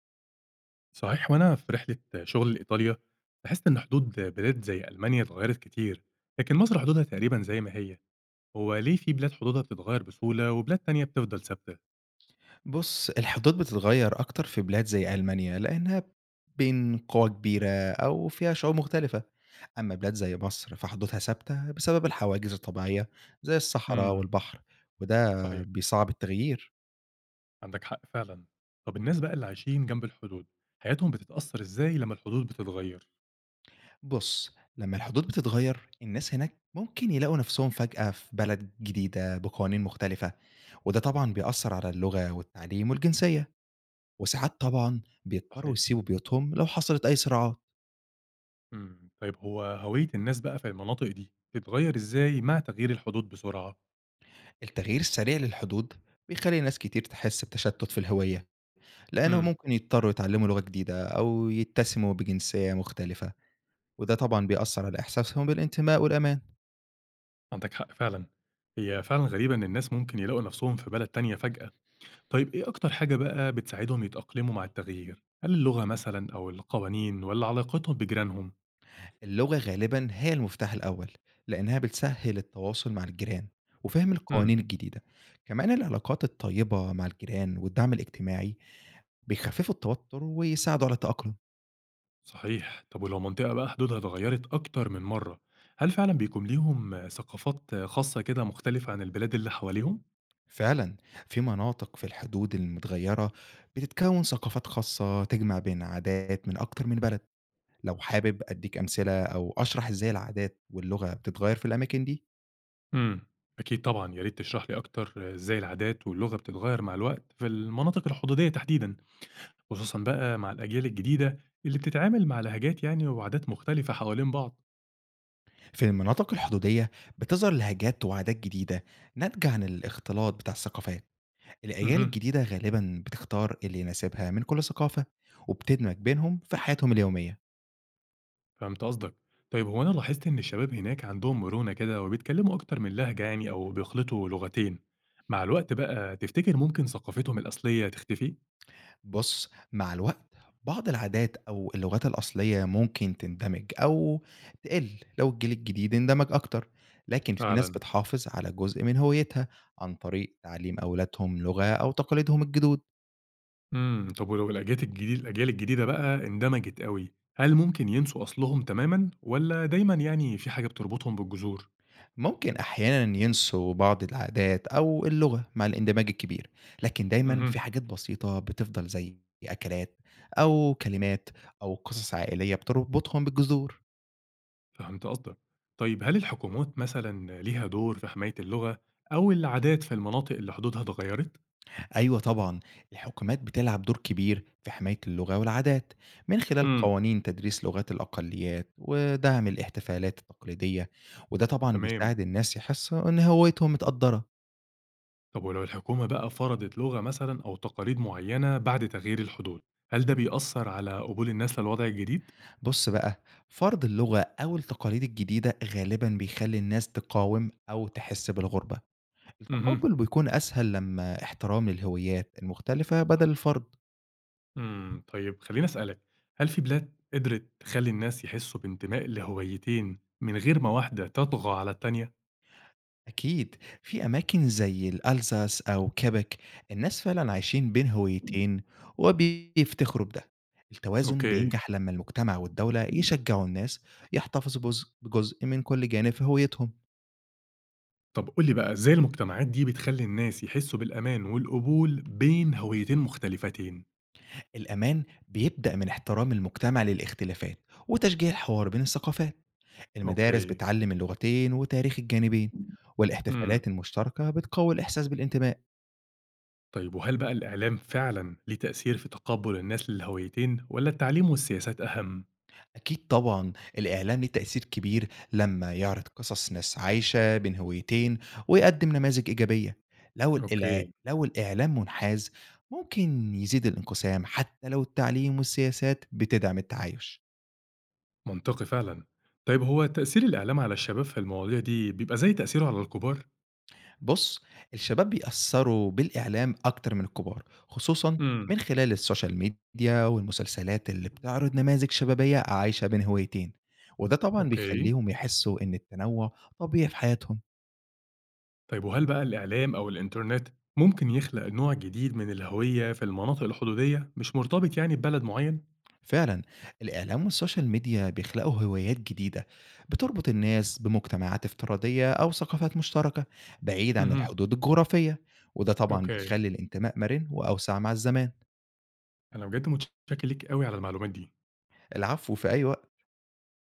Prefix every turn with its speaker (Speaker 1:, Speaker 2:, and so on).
Speaker 1: صحيح، وأنا في رحلة شغل لإيطاليا لاحظت إن حدود بلاد زي ألمانيا اتغيرت كتير، لكن مصر حدودها تقريبا زي ما هي. هو ليه في بلاد حدودها بتتغير بسهولة وبلاد تانية بتفضل ثابتة؟
Speaker 2: بُص، الحدود بتتغيّر أكتر في بلاد زي ألمانيا، لأنها بين قوى كبيرة أو فيها شعوب مختلفة. أما بلاد زي مصر فحدودها ثابتة بسبب الحواجز الطبيعية زي الصحراء
Speaker 1: امم
Speaker 2: والبحر، وده
Speaker 1: صحيح،
Speaker 2: بيصعب التغيير.
Speaker 1: عندك حق فعلا. طب الناس بقى اللي عايشين جنب الحدود حياتهم بتتأثر إزاي لما الحدود بتتغير؟
Speaker 2: بُص، لمّا الحدود بتتغيّر، الناس هناك ممكن يلاقوا نفسهم فجأة في بلد جديدة بقوانين مختلفة، وده طبعًا بيأثّر على اللغة والتعليم والجنسية، وساعات طبعًا بيضطروا
Speaker 1: صحيح.
Speaker 2: يسيبوا بيوتهم لو حصلت أي صراعات.
Speaker 1: طيب هو هوية الناس بقى في المناطق دي بتتغير إزاي مع تغيير الحدود بسرعة؟
Speaker 2: التغيير السريع للحدود بيخلي ناس كتير تحس بتشتت في الهوية لأنهم
Speaker 1: امم
Speaker 2: ممكن يضطروا يتعلموا لغة جديدة أو يتسموا بجنسية مختلفة، وده طبعا بيأثر على إحساسهم بالانتماء والأمان.
Speaker 1: عندك حق فعلا. هي فعلا غريبة إن الناس ممكن يلاقوا نفسهم في بلد تانية فجأة. طيب إيه أكتر حاجة بقى بتساعدهم يتأقلموا مع التغيير؟ هل اللغة مثلًا أو القوانين والّا علاقتهم بجيرانهم؟
Speaker 2: اللغة غالبا هي المفتاح الأول لأنها بتسهل التواصل مع الجيران وفهم
Speaker 1: إمم.
Speaker 2: القوانين الجديدة. كمان العلاقات الطيبة مع الجيران والدعم الاجتماعي بيخففوا التوتر ويساعدوا على التأقلم.
Speaker 1: صحيح، طب ولو منطقة بقى حدودها اتغيرت أكتر من مرة، هل فعلًا بيكون ليهم ثقافات خاصة كده مختلفة عن البلاد اللي حواليهم؟
Speaker 2: فعلا، في مناطق في الحدود المتغيرة بتتكون ثقافات خاصة تجمع بين عادات من أكتر من بلد. لو حابب أديك أمثلة أو أشرح إزاي العادات واللغة بتتغير في الأماكن دي.
Speaker 1: إمم. أكيد طبعًا، يا ريت تشرح لي أكتر، إزاي العادات واللغة بتتغير مع الوقت في المناطق الحدودية تحديدًا، خصوصًا بقى مع الأجيال الجديدة اللي بتتعامل مع لهجات يعني وعادات مختلفة حوالين بعض.
Speaker 2: في المناطق الحدودية بتظهر لهجات وعادات جديدة ناتجة عن الاختلاط بتاع الثقافات. الأجيال
Speaker 1: اهم.
Speaker 2: الجديدة غالبا بتختار اللي يناسبها من كل ثقافة وبتدمج بينهم في حياتهم اليومية.
Speaker 1: فهمت قصدك. طيب هو أنا لاحظت إن الشباب هناك عندهم مرونة كده وبيتكلموا أكتر من لهجة يعني أو بيخلطوا لغتين. مع الوقت بقى تفتكر ممكن ثقافتهم الأصلية تختفي؟
Speaker 2: بُص، مع الوقت بعض العادات أو اللغات الأصلية ممكن تندمج أو تقِل لو الجيل الجديد اندمج أكتر، لكن في ناس
Speaker 1: فعلا.
Speaker 2: بتحافظ على جزء من هويتها عن طريق تعليم أولادهم لغة أو تقاليدهم الجدود.
Speaker 1: طب ولو الأجيال الجديدة بقى اندمجت قوي، هل ممكن ينسوا أصلهم تماما ولا دايما يعني في حاجة بتربطهم بالجذور؟
Speaker 2: ممكن أحيانًا ينسوا بعض العادات أو اللغة مع الاندماج الكبير، لكن دايمًا في
Speaker 1: امم
Speaker 2: حاجات بسيطة بتفضل زي أكلات أو كلمات أو قصص عائلية بتربطهم بالجذور.
Speaker 1: فهمت قصدك. طيب هل الحكومات مثلا ليها دور في حماية اللغة أو العادات في المناطق اللي حدودها اتغيرت؟
Speaker 2: أيوه طبعًا، الحكومات بتلعب دور كبير في حماية اللغة والعادات، من خلال
Speaker 1: امم
Speaker 2: قوانين تدريس لغات الأقليات ودعم الاحتفالات التقليدية، وده طبعًا
Speaker 1: تمام.
Speaker 2: بيساعد الناس يحسّوا إن هويتهم متقدّرة.
Speaker 1: طب ولو الحكومة بقى فرضت لغة مثلا أو تقاليد معينة بعد تغيير الحدود، هل ده بيأثر على قبول الناس للوضع الجديد؟
Speaker 2: بُص بقى، فرض اللغة أو التقاليد الجديدة غالبًا بيخلّي الناس تقاوم أو تحس بالغُربة،
Speaker 1: اهم.
Speaker 2: التقبُّل بيكون أسهل لمّا احترام للهويات المختلفة بدل الفرض.
Speaker 1: طيب خليني أسألك، هل في بلاد قدرت تخلي الناس يحسوا بانتماء لهويتين من غير ما واحدة تطغى على التانية؟
Speaker 2: أكيد، في أماكن زي الألزاس أو كيبك الناس فعلا عايشين بين هويتين وبيفتخروا بده. التوازن
Speaker 1: أوكي.
Speaker 2: بينجح لما المجتمع والدولة يشجعوا الناس يحتفظوا بجزء من كل جانب في هويتهم.
Speaker 1: طب قول لي بقى إزاي المجتمعات دي بتخلي الناس يحسوا بالأمان والقبول بين هويتين مختلفتين؟
Speaker 2: الأمان بيبدأ من احترام المجتمع للاختلافات وتشجيع الحوار بين الثقافات. المدارس
Speaker 1: أوكي.
Speaker 2: بتعلم اللغتين وتاريخ الجانبين
Speaker 1: امم
Speaker 2: والاحتفالات المشتركة بتقوي الإحساس بالانتماء.
Speaker 1: طيب وهل بقى الإعلام فعلا ليه تأثير في تقبل الناس للهويتين ولا التعليم والسياسات أهم؟
Speaker 2: أكيد طبعًا، الإعلام ليه تأثير كبير لمّا يعرض قصص ناس عايشة بين هويتين ويقدم نماذج إيجابية،
Speaker 1: أوكي،
Speaker 2: لو الإعلام منحاز ممكن يزيد الانقسام حتى لو التعليم والسياسات بتدعم التعايش.
Speaker 1: منطقي فعلًا. طيب هو تأثير الإعلام على الشباب في المواضيع دي بيبقى زي تأثيره على الكبار؟
Speaker 2: بُص، الشباب بيأثّروا بالإعلام أكتر من الكبار، خصوصًا
Speaker 1: إمم،
Speaker 2: من خلال السوشيال ميديا والمسلسلات اللي بتعرض نماذج شبابية عايشة بين هويتين، وده طبعًا
Speaker 1: أوكي.
Speaker 2: بيخلّيهم يحسّوا إن التنوع طبيعي في حياتهم.
Speaker 1: طيب وهل بقى الإعلام أو الإنترنت ممكن يخلق نوع جديد من الهوية في المناطق الحدودية مش مرتبط يعني ببلد معين؟
Speaker 2: فعلا، الإعلام والسوشيال ميديا بيخلقوا هوايات جديدة بتربط الناس بمجتمعات افتراضية أو ثقافات مشتركة بعيد عن
Speaker 1: اهم،
Speaker 2: الحدود الجغرافية، وده طبعا
Speaker 1: أوكي.
Speaker 2: بيخلي الانتماء مرن وأوسع مع الزمان.
Speaker 1: أنا بجد متشكر ليك أوي على المعلومات دي.
Speaker 2: العفو، في أي وقت.